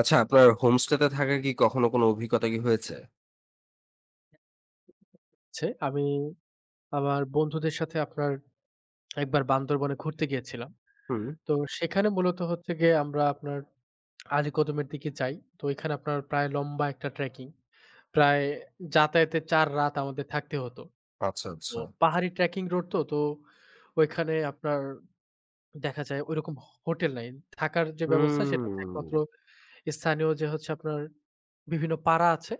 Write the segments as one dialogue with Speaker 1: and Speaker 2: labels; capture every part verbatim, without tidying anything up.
Speaker 1: আচ্ছা, আপনার হোমস্টেতে থাকার কি কখনো কোনো অভিজ্ঞতা কি হয়েছে?
Speaker 2: হচ্ছে আমি আমার বন্ধুদের সাথে আপনার একবার বান্দরবনে ঘুরতে গিয়েছিলাম।
Speaker 1: হুম।
Speaker 2: তো সেখানে মূলত হচ্ছে গিয়ে আমরা আপনার আলীকদমের দিকে যাই। তো এখানে আপনার প্রায় লম্বা একটা ট্রেকিং। প্রায় যাতায়াতে চার রাত আমাদের থাকতে হতো।
Speaker 1: আচ্ছা,
Speaker 2: তো
Speaker 1: আচ্ছা।
Speaker 2: পাহাড়ি ট্রেকিং রোড তো, তো ওইখানে আপনার দেখা যায় ঐরকম হ হোটেল নাই। থাকার যে ব্যবস্থা সেটা হচ্ছে
Speaker 1: হুম,
Speaker 2: একমাত্র স্থানীয় যে হচ্ছে আপনার বিভিন্ন পাড়া আছে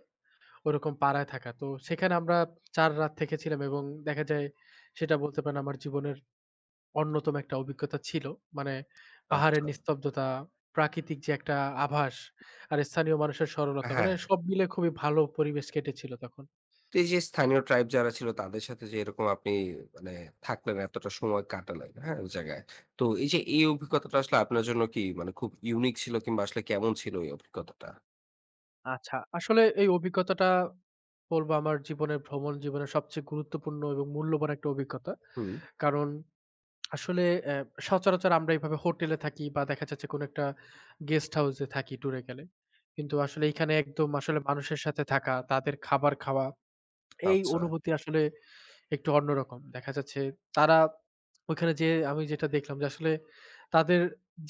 Speaker 2: ওরকম পাড়ায় থাকা। তো সেখানে আমরা চার রাত থেকে ছিলাম এবং দেখা যায় সেটা বলতে পারেন আমার জীবনের অন্যতম একটা অভিজ্ঞতা ছিল। মানে পাহাড়ের
Speaker 1: আচ্ছা।
Speaker 2: নিস্তব্ধতা, প্রাকৃতিক যে একটা আভাস আর স্থানীয় মানুষের সরলতা মানে
Speaker 1: হ্যাঁ,
Speaker 2: সব মিলে খুবই ভালো পরিবেশ কেটেছিল তখন।
Speaker 1: তো এই যে স্থানীয় ট্রাইব যারা ছিল তাদের সাথে যে এরকম আপনি মানে থাকলেন, এতটা সময় কাটালেন, হ্যাঁ? ওই জায়গায়। তো এই যে এই অভিজ্ঞতাটা আসলে আপনার জন্য কি মানে খুব ইউনিক ছিল কিংবা আসলে কেমন ছিল এই অভিজ্ঞতাটা?
Speaker 2: আচ্ছা। আসলে এই অভিজ্ঞতাটা বলব আমার জীবনের ভ্রমণ জীবনের সবচেয়ে গুরুত্বপূর্ণ এবং মূল্যবান একটা অভিজ্ঞতা।
Speaker 1: হুম।
Speaker 2: কারণ আসলে অ্যা সচরাচর আমরা এভাবে হোটেলে থাকি বা দেখা যাচ্ছে কোনো একটা গেস্ট হাউসে থাকি ট্যুরে গেলে। কিন্তু আসলে এইখানে একদম আসলে মানুষের সাথে থাকা, তাদের খাবার খাওয়া, এই
Speaker 1: আচ্ছা।
Speaker 2: অনুভূতি আসলে একটু অন্যরকম। দেখা যাচ্ছে তারা ওইখানে যেয়ে আমি যেটা দেখলাম যে আসলে তাদের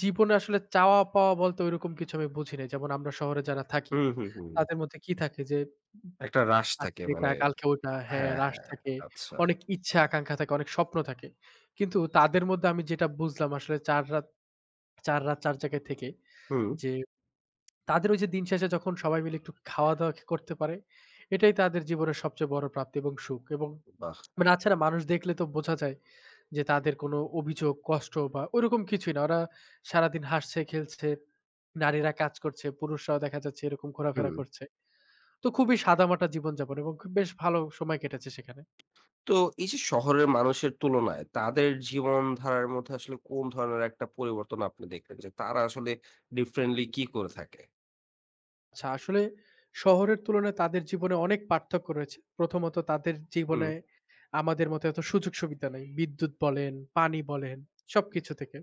Speaker 2: জীবনে আসলে চাওয়া-পাওয়া বলতে ঐরকম কিছু আমি বুঝি নাই। যেমন আমরা শহরে যারা থাকি,
Speaker 1: হুম, হুম, হুম।
Speaker 2: তাদের মধ্যে কি থাকে যে
Speaker 1: একটা রাশ থাকে
Speaker 2: আজকে এটা
Speaker 1: মানে
Speaker 2: কালকে ওটা হ্যাঁ,
Speaker 1: হ্যাঁ,
Speaker 2: রাশ
Speaker 1: হ্যাঁ।
Speaker 2: থাকে।
Speaker 1: আচ্ছা।
Speaker 2: অনেক ইচ্ছা আকাঙ্ক্ষা থাকে, অনেক স্বপ্ন থাকে। কিন্তু তাদের মধ্যে আমি যেটা বুঝলাম আসলে ৪ রাত ৪ রাত চার জায়গায় থেকে
Speaker 1: হুম।
Speaker 2: যে তাদের ওই যে দিন শেষে যখন সবাই মিলে একটু খাওয়া-দাওয়া করতে পারে, এটাই তাদের জীবনের সবচেয়ে বড় প্রাপ্তি এবং সুখ এবং
Speaker 1: বাহ!
Speaker 2: মানে তাছাড়া মানুষ দেখলে তো বোঝা যায় যে তাদের কোনো অভিযোগ, কষ্ট বা ওইরকম কিছুই না। ওরা সারাদিন হাসছে, খেলছে, নারীরা কাজ করছে, পুরুষরাও দেখা যাচ্ছে এরকম ঘোরাফেরা
Speaker 1: হুম।
Speaker 2: করছে। তো খুবই সাদামাটা জীবনযাপন এবং খুব বেশ ভালো সময় কেটেছে সেখানে।
Speaker 1: তো এই যে শহরের মানুষের তুলনায় তাদের জীবনধারার মধ্যে আসলে কোন ধরনের একটা পরিবর্তন আপনি দেখলেন যে তারা আসলে ডিফারেন্টলি কি করে থাকে?
Speaker 2: আচ্ছা, আসলে শহরের তুলনায় তাদের জীবনে অনেক পার্থক্য রয়েছে। প্রথমত তাদের
Speaker 1: হুম,
Speaker 2: জীবনে আমাদের মতো এত সুযোগ-সুবিধা নাই। বিদ্যুৎ বলেন, পানি বলেন, সবকিছু থেকে।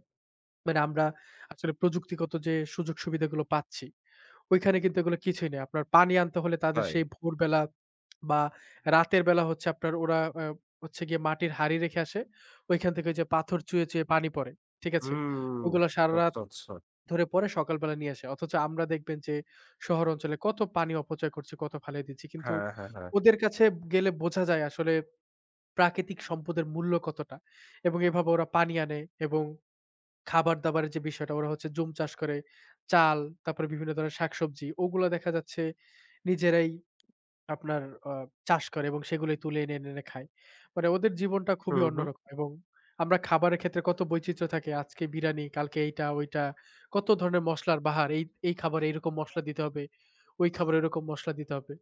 Speaker 2: মানে আমরা আসলে প্রযুক্তিগত যে সুযোগ-সুবিধাগুলো পাচ্ছি, ওইখানে কিন্তু এগুলো কিছুই নেই। আপনার পানি আনতে হলে তাদের
Speaker 1: তাই।
Speaker 2: সেই ভোরবেলা বা রাতের বেলা হচ্ছে আপনার ওরা আ হচ্ছে গিয়ে মাটির হাঁড়ি রেখে আসে। ওইখান থেকে ওই যে পাথর চুয়ে, চুয়ে পানি পড়ে। ঠিক আছে?
Speaker 1: হুম,
Speaker 2: ওগুলো সারারাত
Speaker 1: আচ্ছা, আচ্ছা।
Speaker 2: ধরে পরে সকালবেলা নিয়ে আসে। অথচ আমরা দেখবেন যে শহর অঞ্চলে কত পানি অপচয় করছি, কত ফালায় দিচ্ছি। কিন্তু
Speaker 1: হ্যাঁ, হ্যাঁ, হ্যাঁ।
Speaker 2: ওদের কাছে গেলে বোঝা যায় আসলে প্রাকৃতিক সম্পদের মূল্য কতটা। এবং এভাবে ওরা পানি আনে এবং খাবার-দাবারের যে বিষয়টা ওরা হচ্ছে জুম চাষ করে, চাল, তারপরে বিভিন্ন ধরনের শাকসবজি ওগুলা দেখা যাচ্ছে নিজেরাই আপনার আ চাষ করে এবং সেগুলোই তুলে এনে, এনে, এনে খায়। মানে ওদের জীবনটা খুবই
Speaker 1: হুম, হুম।
Speaker 2: অন্যরকম এবং আমরা খাবারের ক্ষেত্রে কত বৈচিত্র্য থাকে। আজকে বিরানি, কালকে এইটা, ওইটা কত ধরনের মসলার বাহার। এই, এই, খাবারে এইরকম মসলা দিতে হবে, ওই খাবারে ওইরকম মসলা দিতে হবে।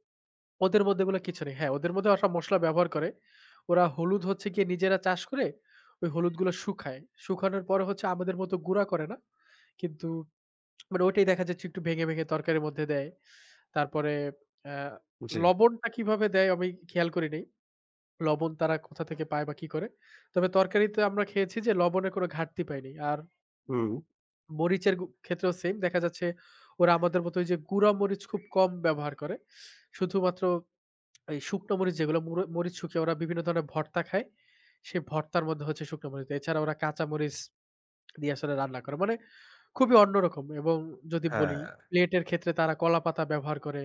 Speaker 2: ওদের মধ্যে এগুলো কিছু নেই। হ্যাঁ, ওদের মধ্যে ওরা মসলা ব্যবহার করে। ওরা হলুদ হচ্ছে গিয়ে নিজেরা চাষ করে ওই হলুদগুলো শুকায়। শুকানোর পরে হচ্ছে আমাদের মতো গুঁড়া করে না। কিন্তু মানে ওইটাই দেখা যাচ্ছে একটু ভেঙে, ভেঙে তরকারির মধ্যে দেয়। তারপরে অ্যা
Speaker 1: জি।
Speaker 2: লবণটা কিভাবে দেয় আমি খেয়াল করি নাই। লবণ তারা কোথা থেকে পায় বা কি করে। তবে তরকারিতে আমরা খেয়েছি যে লবণের কোনো ঘাটতি পাইনি। আর
Speaker 1: হুম,
Speaker 2: মরিচের গু ক্ষেত্রেও সেইম দেখা যাচ্ছে ওরা আমাদের মতো ওইযে গুঁড়া মরিচ খুব কম ব্যবহার করে। শুধুমাত্র এই শুকনো মরিচ যেগুলো মুর মরিচ শুকিয়ে ওরা বিভিন্ন ধরনের ভর্তা খায়। সেই ভর্তার মধ্যে হচ্ছে শুকনো মরিচ। এছাড়া ওরা কাঁচা মরিচ দিয়ে আসলে রান্না করে। মানে খুবই অন্যরকম এবং যদি বলি
Speaker 1: হ্যাঁ।
Speaker 2: প্লেটের ক্ষেত্রে তারা কলাপাতা ব্যবহার করে,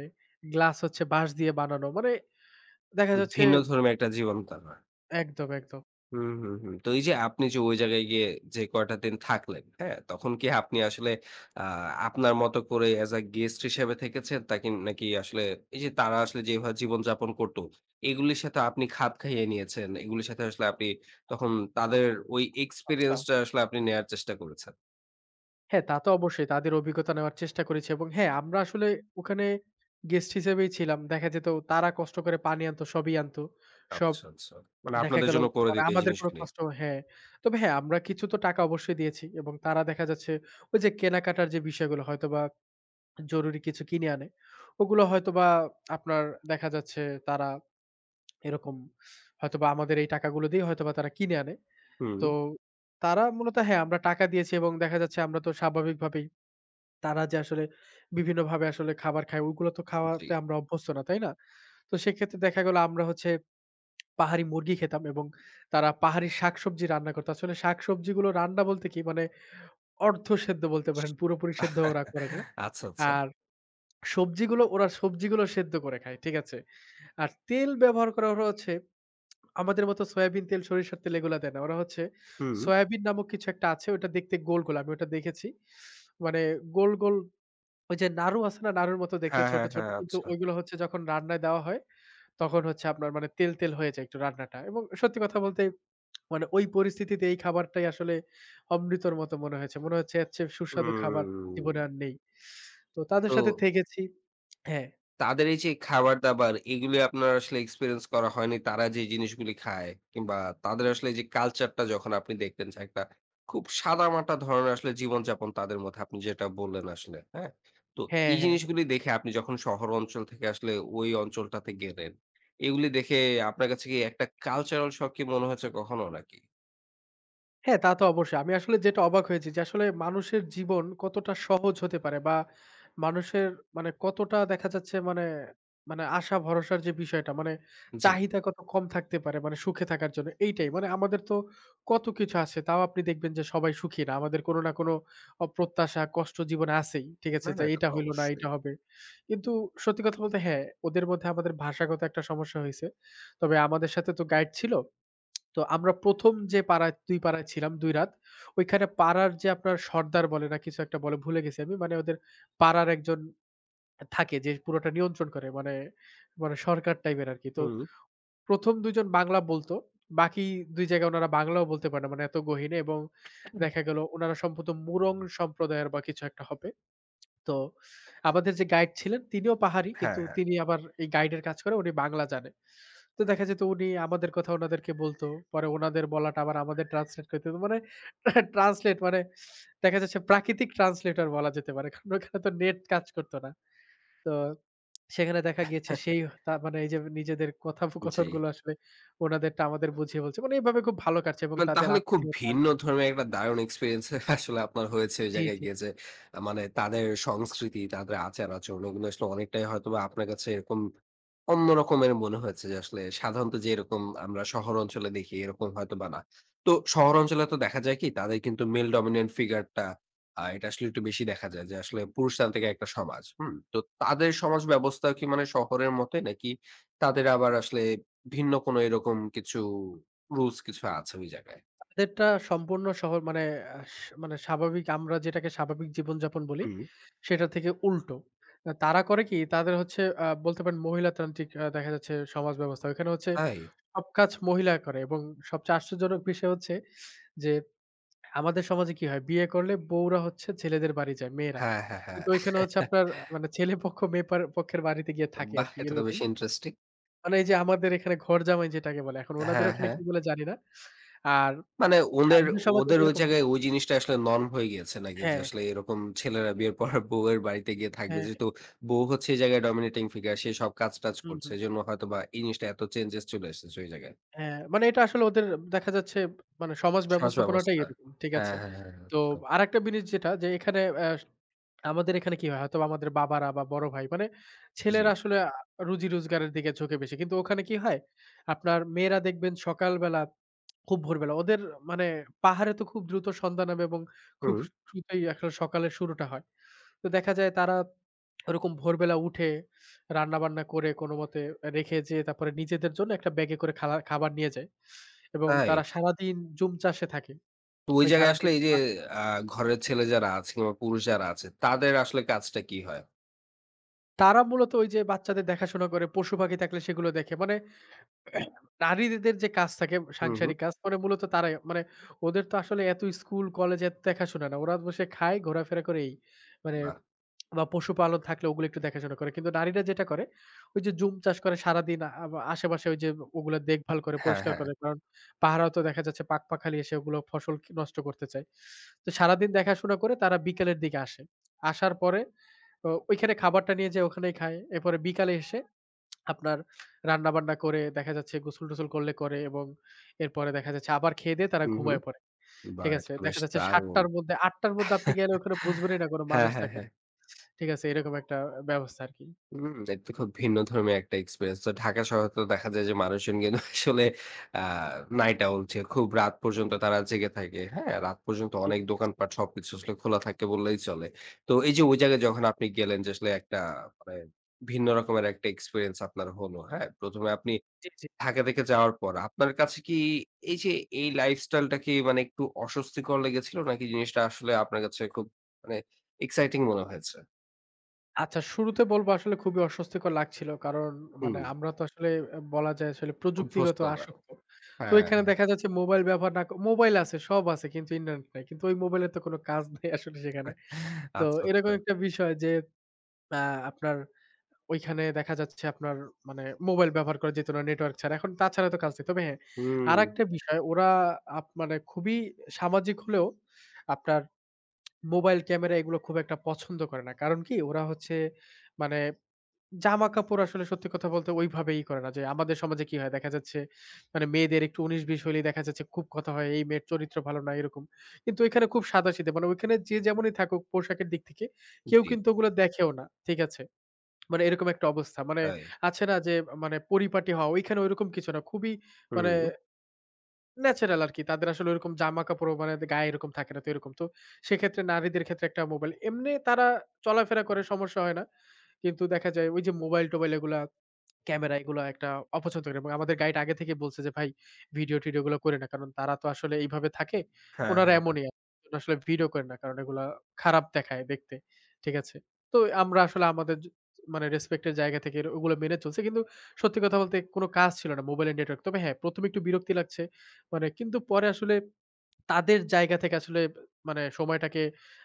Speaker 2: গ্লাস হচ্ছে বাঁশ দিয়ে বানানো। মানে দেখা যাচ্ছে
Speaker 1: ভিন্ন ধর্মী একটা জীবনধারা।
Speaker 2: একদম, একদম।
Speaker 1: হুম, হুম, হুম। তো এই যে আপনি যে ওই জায়গায় গিয়ে যে কয়টা দিন থাকলেন, হ্যাঁ? তখন কি আপনি আসলে আ আপনার মতো করে as a guest হিসেবে থেকেছেন? তাকি নাকি আসলে এই যে তারা আসলে যেভাবে জীবনযাপন করত, এগুলির সাথে আপনি খাপ খাইয়ে নিয়েছেন? এগুলির সাথে আসলে আপনি তখন তাদের ওই
Speaker 2: আচ্ছা।
Speaker 1: experience টা আসলে আপনি নেয়ার চেষ্টা করেছেন?
Speaker 2: হ্যাঁ, তা তো অবশ্যই তাদের অভিজ্ঞতা নেওয়ার চেষ্টা করেছি এবং হ্যাঁ, আমরা আসলে ওখানে গেস্ট হিসেবেই ছিলাম। দেখা যেত তারা কষ্ট করে পানি আনতো, সবই আনতো। সব
Speaker 1: আচ্ছা, আচ্ছা। মানে
Speaker 2: দেখা
Speaker 1: আপনাদের
Speaker 2: গেল
Speaker 1: জন্য করে
Speaker 2: মানে
Speaker 1: দিত এই
Speaker 2: আমাদের কোনো
Speaker 1: জিনিসগুলি।
Speaker 2: কষ্ট হ্যাঁ। তবে হ্যাঁ, আমরা কিছু তো টাকা অবশ্যই দিয়েছি এবং তারা দেখা যাচ্ছে ওই যে কেনাকাটার যে বিষয়গুলো হয়তোবা জরুরি কিছু কিনে আনে। ওগুলো হয়তোবা আপনার দেখা যাচ্ছে তারা এরকম হয়তোবা আমাদের এই টাকাগুলো দিয়ে হয়তোবা তারা কিনে আনে।
Speaker 1: হুম,
Speaker 2: তো তারা মূলত হ্যাঁ, আমরা টাকা দিয়েছি এবং দেখা যাচ্ছে আমরা তো স্বাভাবিকভাবেই তারা যে আসলে বিভিন্নভাবে আসলে খাবার খায় ওগুলো তো
Speaker 1: জি।
Speaker 2: খাওয়াতে আমরা অভ্যস্ত না, তাই না? তো সেক্ষেত্রে দেখা গেল আমরা হচ্ছে পাহাড়ি মুরগি খেতাম এবং তারা পাহাড়ি শাকসবজি রান্না করত। আসলে শাকসবজিগুলো রান্না বলতে কি মানে অর্ধ সেদ্ধ বলতে পারেন। পুরোপুরি সেদ্ধ ওরা করে না।
Speaker 1: আচ্ছা, আচ্ছা।
Speaker 2: আর সবজিগুলো ওরা সবজিগুলো সেদ্ধ করে খায়। ঠিক আছে? আর তেল ব্যবহার করা ওরা হচ্ছে আমাদের মতো সয়াবিন তেল, সরিষার তেল এগুলা দেয় না। ওরা হচ্ছে
Speaker 1: হুম।
Speaker 2: সয়াবিন নামক কিছু একটা আছে ওটা দেখতে গোল, গোল। আমি ওটা দেখেছি। মানে গোল, গোল ওই যে নাড়ু আছে না? নাড়ুর মতো দেখতে
Speaker 1: হ্যাঁ,
Speaker 2: ছোট,
Speaker 1: হ্যাঁ,
Speaker 2: ছোট।
Speaker 1: হ্যাঁ।
Speaker 2: কিন্তু
Speaker 1: আচ্ছা।
Speaker 2: ওইগুলো হচ্ছে যখন রান্নায় দেওয়া হয় তখন হচ্ছে আপনার মানে তেল, তেল হয়ে যায় একটু রান্নাটা। এবং সত্যি কথা বলতে মানে ওই পরিস্থিতিতে এই খাবারটাই আসলে অমৃতর মতো মনে হয়েছে। মনে হচ্ছে এর চেয়ে সুস্বাদু খাবার
Speaker 1: হুম।
Speaker 2: জীবনে আর নেই। তো তাদের
Speaker 1: তো
Speaker 2: সাথে থেকেছি হ্যাঁ।
Speaker 1: তাদের এই যে খাবার-দাবার এগুলি আপনার আসলে এক্সপেরিয়েন্স করা হয়নি। তারা যে জিনিসগুলি খায় কিংবা তাদের আসলে এই যে কালচারটা যখন আপনি দেখতেন যে একটা খুব সাদামাটা ধরনের আসলে জীবনযাপন তাদের মধ্যে আপনি যেটা বললেন আসলে, হ্যাঁ? তো
Speaker 2: হ্যাঁ,
Speaker 1: এই
Speaker 2: হ্যাঁ।
Speaker 1: জিনিসগুলি দেখে আপনি যখন শহর অঞ্চল থেকে আসলে ওই অঞ্চলটাতে গেলেন, এগুলি দেখে আপনার কাছে কি একটা কালচারাল শক কি মনে হয়েছে কখনো নাকি?
Speaker 2: হ্যাঁ, তা তো অবশ্যই। আমি আসলে যেটা অবাক হয়েছি যে আসলে মানুষের জীবন কতটা সহজ হতে পারে বা মানুষের মানে কতটা দেখা যাচ্ছে মানে, মানে আশা ভরসার যে বিষয়টা মানে
Speaker 1: জি।
Speaker 2: চাহিদা কত কম থাকতে পারে মানে সুখে থাকার জন্য এইটাই। মানে আমাদের তো কত কিছু আছে তাও আপনি দেখবেন যে সবাই সুখী না। আমাদের কোনো না কোনো অপ্রত্যাশা কষ্ট জীবনে আছেই। ঠিক
Speaker 1: না,
Speaker 2: আছে?
Speaker 1: না
Speaker 2: যে
Speaker 1: এটা
Speaker 2: এটা
Speaker 1: তো
Speaker 2: হইল না,
Speaker 1: অবশ্যই।
Speaker 2: এটা হবে। কিন্তু সত্যি কথা বলতে হ্যাঁ, ওদের মধ্যে আমাদের ভাষাগত একটা সমস্যা হইছে। তবে আমাদের সাথে তো গাইড ছিল। তো আমরা প্রথম যে পাড়ায় দুই পাড়ায় ছিলাম দুই রাত। ওইখানে পাড়ার যে আপনার সর্দার বলে না কিছু একটা বলে ভুলে গেছি আমি। মানে ওদের পাড়ার একজন থাকে যে পুরোটা নিয়ন্ত্রণ করে। মানে, মানে সরকার টাইপের আরকি। তো
Speaker 1: হুম।
Speaker 2: প্রথম দুই জন বাংলা বলতো। বাকি দুই জায়গায় উনারা বাংলাও বলতে পারে না। মানে এত গহীনে এবং দেখা গেল উনারা সম্ভবত মুরং সম্প্রদায়ের বা কিছু একটা হবে। তো আমাদের যে গাইড ছিলেন তিনিও পাহাড়ি।
Speaker 1: হ্যাঁ,
Speaker 2: কিন্তু
Speaker 1: হ্যাঁ।
Speaker 2: তিনি আবার এই গাইডের কাজ করে উনি বাংলা জানে। তো দেখা যেত উনি আমাদের কথা ওনাদেরকে বলতো। পরে ওনাদের বলাটা আবার আমাদের ট্রান্সলেট করতে হতো। মানে ট্রান্সলেট মানে দেখা যাচ্ছে প্রাকৃতিক ট্রান্সলেটর বলা যেতে পারে। কারণ ওখানে তো নেট কাজ করত না। তো সেখানে দেখা গিয়েছে সেই তা মানে এই যে নিজেদের
Speaker 1: জি।
Speaker 2: কথোপকথনগুলো আসলে ওনাদেরটা আমাদের বুঝিয়ে বলছে। মানে এভাবে খুব ভালো কাটছে এবং
Speaker 1: মানে
Speaker 2: তাদের
Speaker 1: তাহলে খুব
Speaker 2: আতিথেয়তা
Speaker 1: ভিন্ন ধর্মের একটা দারুণ এক্সপেরিয়েন্স আসলে আপনার হয়েছে ওই
Speaker 2: জি,
Speaker 1: জায়গায়
Speaker 2: জি।
Speaker 1: গিয়ে যে আ মানে তাদের সংস্কৃতি, তাদের আচার-আচরণ এগুলো আসলে অনেকটাই হয়তোবা আপনার কাছে এরকম অন্য রকমের মনে হয়েছে যে আসলে সাধারণত যেরকম আমরা শহর অঞ্চলে দেখি এরকম হয়তোবা না। তো শহর অঞ্চলে তো দেখা যায় কি তাদের কিন্তু মেল ডমিন্যান্ট ফিগারটা আ এটা আসলে একটু বেশি দেখা যায় যে আসলে পুরুষতান্ত্রিক একটা সমাজ। হুম? তো তাদের সমাজ ব্যবস্থা কি মানে শহরের মতই নাকি তাদের আবার আসলে ভিন্ন কোনো এরকম কিছু রুলস কিছু আছে ওই জায়গায়।
Speaker 2: আমাদেরটা সম্পূর্ণ শহর মানে আস মানে স্বাভাবিক আমরা যেটাকে স্বাভাবিক জীবনযাপন বলি,
Speaker 1: হুম।
Speaker 2: সেটা থেকে উল্টো। আ তারা করে কি? তাদের হচ্ছে আ বলতে পারেন মহিলাতান্ত্রিক আ দেখা যাচ্ছে সমাজ ব্যবস্থা। ওইখানে হচ্ছে
Speaker 1: তাই?
Speaker 2: সব কাজ মহিলা করে এবং সবচেয়ে আশ্চর্যজনক বিষয় হচ্ছে যে, আমাদের সমাজে কি হয়? বিয়ে করলে বউরা হচ্ছে ছেলেদের বাড়ি যায়, মেয়েরা।
Speaker 1: হ্যাঁ, হ্যাঁ, হ্যাঁ।
Speaker 2: কিন্তু ওইখানে হচ্ছে আপনার আহ, মানে ছেলে পক্ষ মেয়ে পার পক্ষের বাড়িতে গিয়ে থাকে
Speaker 1: বাহ!
Speaker 2: আরকি
Speaker 1: এটা তো বেশ
Speaker 2: এরকম।
Speaker 1: ইন্টারেস্টিং।
Speaker 2: মানে এই যে আমাদের এখানে ঘরজামাই যেটাকে বলে। এখন উনাদের
Speaker 1: হ্যাঁ,
Speaker 2: ওখানে
Speaker 1: হ্যাঁ।
Speaker 2: কি বলে জানি না। আর
Speaker 1: মানে ওদের
Speaker 2: আমাদের সমাজে
Speaker 1: ওদের ওই
Speaker 2: যেরকম
Speaker 1: জায়গায় ওই জিনিসটা আসলে নরম হয়ে গিয়েছে নাকি? যে
Speaker 2: হ্যাঁ।
Speaker 1: আসলে এরকম ছেলেরা বিয়ের পর বউয়ের বাড়িতে গিয়ে থাকবে।
Speaker 2: হ্যাঁ,
Speaker 1: যেহেতু বউ হচ্ছে এই জায়গায় ডমিনেটিং ফিগার, সে সব কাজ-টাজ
Speaker 2: হুম,
Speaker 1: করছে।
Speaker 2: হুম।
Speaker 1: এজন্য হয়তোবা এই জিনিসটা এত চেঞ্জেস চলে এসেছে ওই জায়গায়।
Speaker 2: হ্যাঁ, মানে এটা আসলে ওদের দেখা যাচ্ছে মানে সমাজ
Speaker 1: সমাজ
Speaker 2: ব্যবস্থাপনাটাই
Speaker 1: ব্যবস্থার।
Speaker 2: এরকম। ঠিক
Speaker 1: হ্যাঁ,
Speaker 2: আছে?
Speaker 1: হ্যাঁ, হ্যাঁ, হ্যাঁ।
Speaker 2: তো
Speaker 1: আচ্ছা।
Speaker 2: আরেকটা জিনিস যেটা যে এখানে অ্যা আমাদের এখানে কি হয়? হয়তোবা আমাদের বাবারা বা বড় ভাই মানে
Speaker 1: জি।
Speaker 2: ছেলেরা আসলে আ রুজি-রোজগারের দিকে ঝোঁকে বেশি। কিন্তু ওখানে কি হয়? আপনার মেয়েরা দেখবেন সকালবেলা খুব ভোরবেলা ওদের মানে পাহাড়ে তো খুব দ্রুত সন্ধ্যা নামে এবং খুব
Speaker 1: হুম।
Speaker 2: দ্রুতই আসলে সকালের শুরুটা হয়। তো দেখা যায় তারা ওরকম ভোরবেলা উঠে রান্নাবান্না করে কোনমতে রেখে যেয়ে তারপরে নিজেদের জন্য একটা ব্যাগে করে খালা খাবার নিয়ে যায়। এবং
Speaker 1: তাই?
Speaker 2: তারা সারাদিন জুম চাষে থাকে।
Speaker 1: তো ওই
Speaker 2: ওই
Speaker 1: জায়গায় আসলে
Speaker 2: সারাদিন
Speaker 1: এই যে
Speaker 2: তা
Speaker 1: আ ঘরের ছেলে যারা আছে কিংবা পুরুষ যারা আছে, তাদের আসলে কাজটা কি হয়?
Speaker 2: তারা মূলত ওই যে বাচ্চাদের দেখাশোনা করে, পশু পাখি থাকলে সেগুলো দেখে। মানে নারীদের যে কাজ থাকে
Speaker 1: হুম, হুম।
Speaker 2: সাংসারিক কাজ মানে মূলত তারাই মানে ওদের তো আসলে এত স্কুল, কলেজ এত দেখাশোনা না। ওরা বসে খায়, ঘোরাফেরা করে এই। মানে
Speaker 1: বাহ!
Speaker 2: বা পশুপালন থাকলে ওগুলো একটু দেখাশোনা করে। কিন্তু নারীরা যেটা করে, ওই যে জুম চাষ করে সারাদিন আ আ- আশেপাশে ওই যে ওগুলো দেখভাল করে,
Speaker 1: হ্যাঁ,
Speaker 2: পরিষ্কার
Speaker 1: হ্যাঁ।
Speaker 2: করে। কারণ পাহারাও তো দেখা যাচ্ছে পাখপাখালি এসে ওগুলো ফসল কি নষ্ট করতে চায়। তো সারাদিন দেখাশোনা করে তারা বিকালের দিকে আসে। আসার পরে ও ওইখানে খাবারটা নিয়ে যেয়ে ওখানেই খায়। এরপরে বিকালে এসে আপনার রান্নাবান্না করে দেখা যাচ্ছে গোসল-টোসল করলে করে এবং এরপরে দেখা যাচ্ছে আবার খেয়ে দেয়ে তারা
Speaker 1: হুম, হুম।
Speaker 2: ঘুমায়ে পড়ে।
Speaker 1: বাহ!
Speaker 2: ঠিক
Speaker 1: এটা
Speaker 2: আছে?
Speaker 1: তো বেশ
Speaker 2: দেখা যাচ্ছে ৭ঃ০০
Speaker 1: দারুণ।
Speaker 2: টার মধ্যে আটটার মধ্যে আপনি গেলে ওখানে বুঝবেনই না কোন
Speaker 1: হ্যাঁ,
Speaker 2: মানুষ
Speaker 1: হ্যাঁ,
Speaker 2: থাকে।
Speaker 1: হ্যাঁ।
Speaker 2: ঠিক আছে, এরকম একটা ব্যবস্থা আরকি।
Speaker 1: হুম, এটা তো খুব ভিন্নধর্মী একটা এক্সপেরিয়েন্স। তো ঢাকা শহরে তো দেখা যায় যে মানুষজন কিন্তু আসলে আ নাইট আউল যে খুব রাত পর্যন্ত তারা জেগে থাকে। হ্যাঁ? রাত পর্যন্ত
Speaker 2: ঠিক
Speaker 1: অনেক দোকানপাট সবকিছু আসলে খোলা থাকে বললেই চলে। তো এই যে ওই জায়গায় যখন আপনি গেলেন যে আসলে একটা মানে ভিন্ন রকমের একটা এক্সপেরিয়েন্স আপনার হলো। হ্যাঁ? প্রথম এ আপনি
Speaker 2: জি, জি।
Speaker 1: ঢাকা থেকে যাওয়ার পর আপনার কাছে কি এই যে এই লাইফস্টাইলটা কি মানে একটু অস্বস্তিকর লেগেছিল নাকি জিনিসটা আসলে আপনার কাছে খুব মানে এক্সাইটিং মনে হয়েছে?
Speaker 2: আচ্ছা শুরুতে বলব আসলে খুবই অস্বস্তিকর লাগছিল। কারণ
Speaker 1: হুম,
Speaker 2: মানে আমরা তো আসলে আ বলা যায় আসলে প্রযুক্তিগত
Speaker 1: অভ্যস্ত না।
Speaker 2: আসক্ত। তো
Speaker 1: হ্যাঁ,
Speaker 2: এখানে
Speaker 1: হ্যাঁ।
Speaker 2: দেখা যাচ্ছে মোবাইল ব্যবহার না ক মোবাইল আছে, সব আছে কিন্তু ইন্টারনেট নাই। কিন্তু ওই মোবাইলের তো কোনো কাজ নেই আসলে সেখানে। তো
Speaker 1: আচ্ছা, আচ্ছা।
Speaker 2: এরকম একটা বিষয় যে আ আপনার ওইখানে দেখা যাচ্ছে আপনার মানে মোবাইল ব্যবহার করা যেত না নেটওয়ার্ক ছাড়া। এখন তাছাড়া তো কাজ নেই। তবে হ্যাঁ,
Speaker 1: হুম,
Speaker 2: আরেকটা বিষয় ওরা আপ মানে খুবই সামাজিক হলেও আপনার মোবাইল ক্যামেরা এগুলো খুব একটা পছন্দ করে না। কারণ কি? ওরা হচ্ছে মানে জামাকাপড় আসলে সত্যি কথা বলতে ওইভাবেই করে না যে, আমাদের সমাজে কি হয়? দেখা যাচ্ছে মানে মেয়েদের একটু ঊনিশ বিশ হইলেই দেখা যাচ্ছে খুব কথা হয়, এই মেয়ের চরিত্র ভালো না এরকম। কিন্তু এখানে খুব সাদাসিধে মানে ওইখানে যে যেমনই থাকুক পোশাকের দিক থেকে কেউ
Speaker 1: জি,
Speaker 2: কিন্তু ওগুলো দেখেও না। ঠিক আছে? মানে এরকম একটা অবস্থা। মানে
Speaker 1: তাই।
Speaker 2: আছে না যে, মানে পরিপাটি হওয়া ওইখানে ওইরকম কিছু না। খুবই মানে
Speaker 1: হুম।
Speaker 2: ন্যাচারাল আরকি। তাদের আসলে ওরকম জামা-কাপড় মানে গায়ে এরকম থাকে না তো এরকম। তো সেক্ষেত্রে নারীদের ক্ষেত্রে একটা মোবাইল। এমনি তারা চলাফেরা করে সমস্যা হয় না। কিন্তু দেখা যায় ওই যে মোবাইল-টোবাইল এগুলা ক্যামেরা এগুলো একটা অপছন্দ করে এবং আমাদের গাইড আগে থেকে বলছে যে, "ভাই ভিডিও-টিডিও গুলো করে না।" কারণ তারা তো আসলে এইভাবে থাকে।
Speaker 1: হ্যাঁ,
Speaker 2: উনারা
Speaker 1: হ্যাঁ, হ্যাঁ।
Speaker 2: এমনই ওরা আসলে ভিডিও করে না। কারণ এগুলা খারাপ দেখায় দেখতে। ঠিক আছে? তো আমরা আসলে আমাদের য মানে রেসপেক্ট এর জায়গা থেকে এর- ওগুলো মেনে চলছি। কিন্তু সত্যি কথা বলতে কোন কাজ ছিল না মোবাইলের নেটওয়ার্ক। তবে হ্যাঁ, প্রথমে একটু বিরক্তি লাগছে। মানে কিন্তু পরে আসলে তাদের জায়গা থেকে আসলে মানে সময়টাকে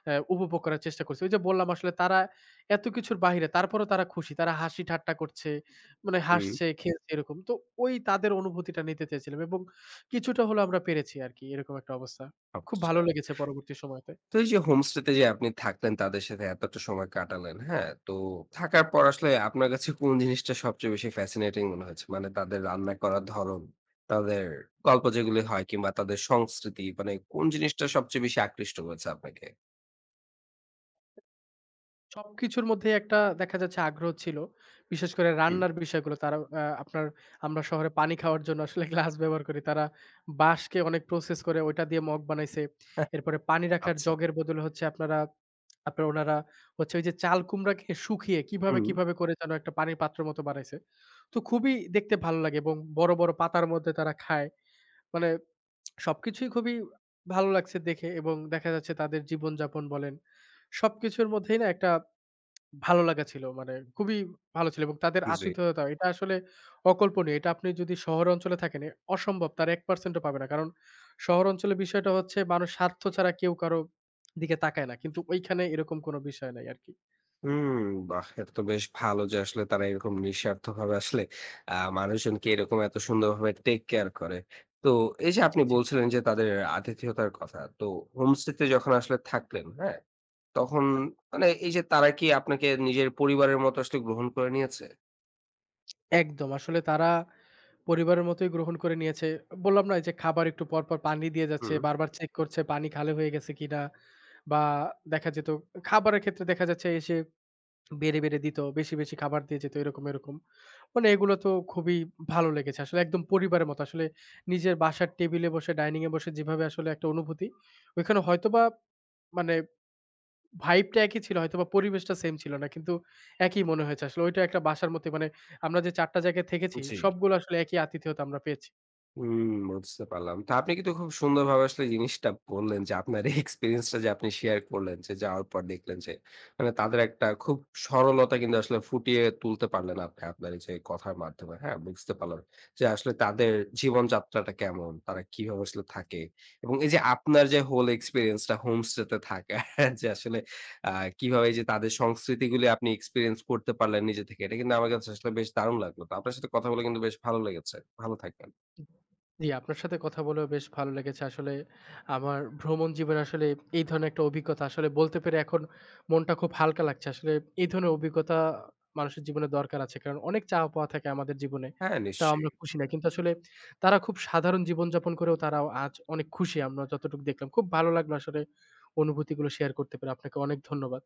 Speaker 2: অ্যা উপভোগ করার চেষ্টা করছি। ওই যে বললাম আসলে তারা এত কিছুর বাহিরে তারপরেও তারা খুশি। তারা হাসি ঠাট্টা করছে। মানে
Speaker 1: হুম,
Speaker 2: হাসছে, খেলছে এরকম। তো ওই তাদের অনুভূতিটা নিতে চেয়েছিলাম এবং কিছুটা হলেও আমরা পেরেছি আরকি। এরকম একটা অবস্থা। খুব ভালো
Speaker 1: অবশ্যই।
Speaker 2: লেগেছে পরবর্তী সময়তে।
Speaker 1: তো এই যে হোমস্টেতে যে আপনি থাকলেন তাদের সাথে এতটা সময় কাটালেন, হ্যাঁ? তো থাকার পর আসলে আপনার কাছে কোন জিনিসটা সবচেয়ে বেশি ফ্যাসিনেটিং মনে হয়েছে? মানে তাদের রান্না করার ধরন, তাদের গল্প যেগুলি হয় কিংবা তাদের সংস্কৃতি মানে কোন জিনিসটা সবচেয়ে বেশি আকৃষ্ট করেছে আপনাকে?
Speaker 2: সবকিছুর মধ্যেই একটা দেখা যাচ্ছে আগ্রহ ছিল। বিশেষ করে
Speaker 1: হুম।
Speaker 2: রান্নার বিষয়গুলো তারা আ আপনার আমরা শহরে পানি খাওয়ার জন্য আসলে গ্লাস ব্যবহার করি। তারা বাঁশকে অনেক প্রসেস করে ওইটা দিয়ে মগ বানাইছে। এরপরে পানি রাখার
Speaker 1: আচ্ছা।
Speaker 2: জগের বদলে হচ্ছে আপনারা আপনার ওনারা হচ্ছে ওই যে চাল কুমড়াকে শুকিয়ে কিভাবে,
Speaker 1: হুম,
Speaker 2: কিভাবে করে যেন একটা পানির পাত্রের মতো বানাইছে। তো খুবই দেখতে ভালো লাগে এবং বড়, বড় পাতার মধ্যে তারা খায়। মানে সবকিছুই খুবই ভালো লাগছে দেখে এবং দেখা যাচ্ছে তাদের জীবনযাপন বলেন, সবকিছুর মধ্যেই না একটা ভালো লাগা ছিল। মানে খুবই ভালো ছিল এবং তাদের
Speaker 1: জি।
Speaker 2: আতিথেয়তা এটা আসলে অকল্পনীয়। এটা আপনি যদি শহর অঞ্চলে থাকেন এ অসম্ভব তার এক শতাংশ ও পাবে না। কারণ শহর অঞ্চলে বিষয়টা হচ্ছে মানুষ স্বার্থ ছাড়া কেউ কারো দিকে তাকায় না। কিন্তু ওইখানে এরকম কোনো বিষয় নাই আরকি।
Speaker 1: হুম, বাহ! এটা তো বেশ ভালো যে আসলে তারা এরকম নিঃস্বার্থভাবে আসলে আ মানুষজনকে এরকম এত সুন্দরভাবে টেক কেয়ার করে। তো এই যে
Speaker 2: জি,
Speaker 1: আপনি
Speaker 2: জি।
Speaker 1: বলছিলেন যে তাদের আতিথেয়তার কথা। তো হোমস্টেতে যখন আসলে থাকলেন, হ্যাঁ? তখন মানে এই যে তারা কি আপনাকে নিজের পরিবারের মতো আসলে গ্রহণ করে নিয়েছে?
Speaker 2: একদম। আসলে তারা পরিবারের মতোই গ্রহণ করে নিয়েছে। বললাম না এই যে খাবার একটু পর, পর পানি দিয়ে যাচ্ছে,
Speaker 1: হুম,
Speaker 2: বারবার চেক করছে পানি খালি হয়ে গেছে কিনা বা দেখা যেত খাবারের ক্ষেত্রে দেখা যাচ্ছে এসে বেড়ে, বেড়ে দিত। বেশি, বেশি খাবার দিয়ে যেত এরকম, এরকম। মানে এগুলো তো খুবই ভালো লেগেছে। আসলে একদম পরিবারের মতো। আসলে নিজের বাসার টেবিলে বসে ডাইনিং এ বসে যেভাবে আসলে একটা অনুভূতি, ওইখানে হয়তোবা মানে ভাইব টা একই ছিল হয়তোবা পরিবেশটা সেম ছিল না। কিন্তু একই মনে হয়েছে আসলে। ওইটা একটা বাসার মতোই মানে আমরা যে চার টা জায়গায় থেকেছি
Speaker 1: জি।
Speaker 2: সবগুলো আসলে একই আতিথেয়তা আমরা পেয়েছি।
Speaker 1: হুম, বুঝতে পারলাম। তো আপনি কিন্তু খুব সুন্দরভাবে আসলে জিনিসটা বললেন যে আপনার এই এক্সপেরিয়েন্সটা যে আপনি শেয়ার করলেন যে যাওয়ার পর দেখলেন যে মানে তাদের একটা খুব সরলতা কিন্তু আসলে ফুটিয়ে তুলতে পারলেন আপনি আপনার এই যে কথার মাধ্যমে। হ্যাঁ, বুঝতে পারলাম যে আসলে তাদের জীবনযাত্রাটা কেমন, তারা কিভাবে আসলে থাকে এবং এই যে আপনার যে হোল এক্সপেরিয়েন্সটা হোমস্টেতে থাকা যে আসলে আ কিভাবে যে তাদের সংস্কৃতিগুলি আপনি এক্সপেরিয়েন্স করতে পারলেন নিজে থেকে। এটা কিন্তু আমার কাছে আসলে বেশ দারুণ লাগলো। তো আপনার সাথে কথা বলে কিন্তু বেশ ভালো লেগেছে। ভালো থাকবেন।
Speaker 2: জি, আপনার সাথে কথা বলেও বেশ ভালো লেগেছে। আসলে আমার ভ্রমণ জীবনে আসলে এই ধরনের একটা অভিজ্ঞতা আসলে বলতে পেরে এখন মনটা খুব হালকা লাগছে। আসলে এই ধরনের অভিজ্ঞতা মানুষের জীবনে দরকার আছে। কারণ অনেক চাওয়া পাওয়া থাকে আমাদের জীবনে।
Speaker 1: হ্যাঁ,
Speaker 2: তাও
Speaker 1: নিশ্চয়ই।
Speaker 2: আমরা খুশি না। কিন্তু আসলে তারা খুব সাধারণ জীবনযাপন করেও তারাও আজ অনেক খুশি আমরা যতটুকু দেখলাম। খুব ভালো লাগলো আসলে অনুভূতিগুলো শেয়ার করতে পেরে। আপনাকে অনেক ধন্যবাদ।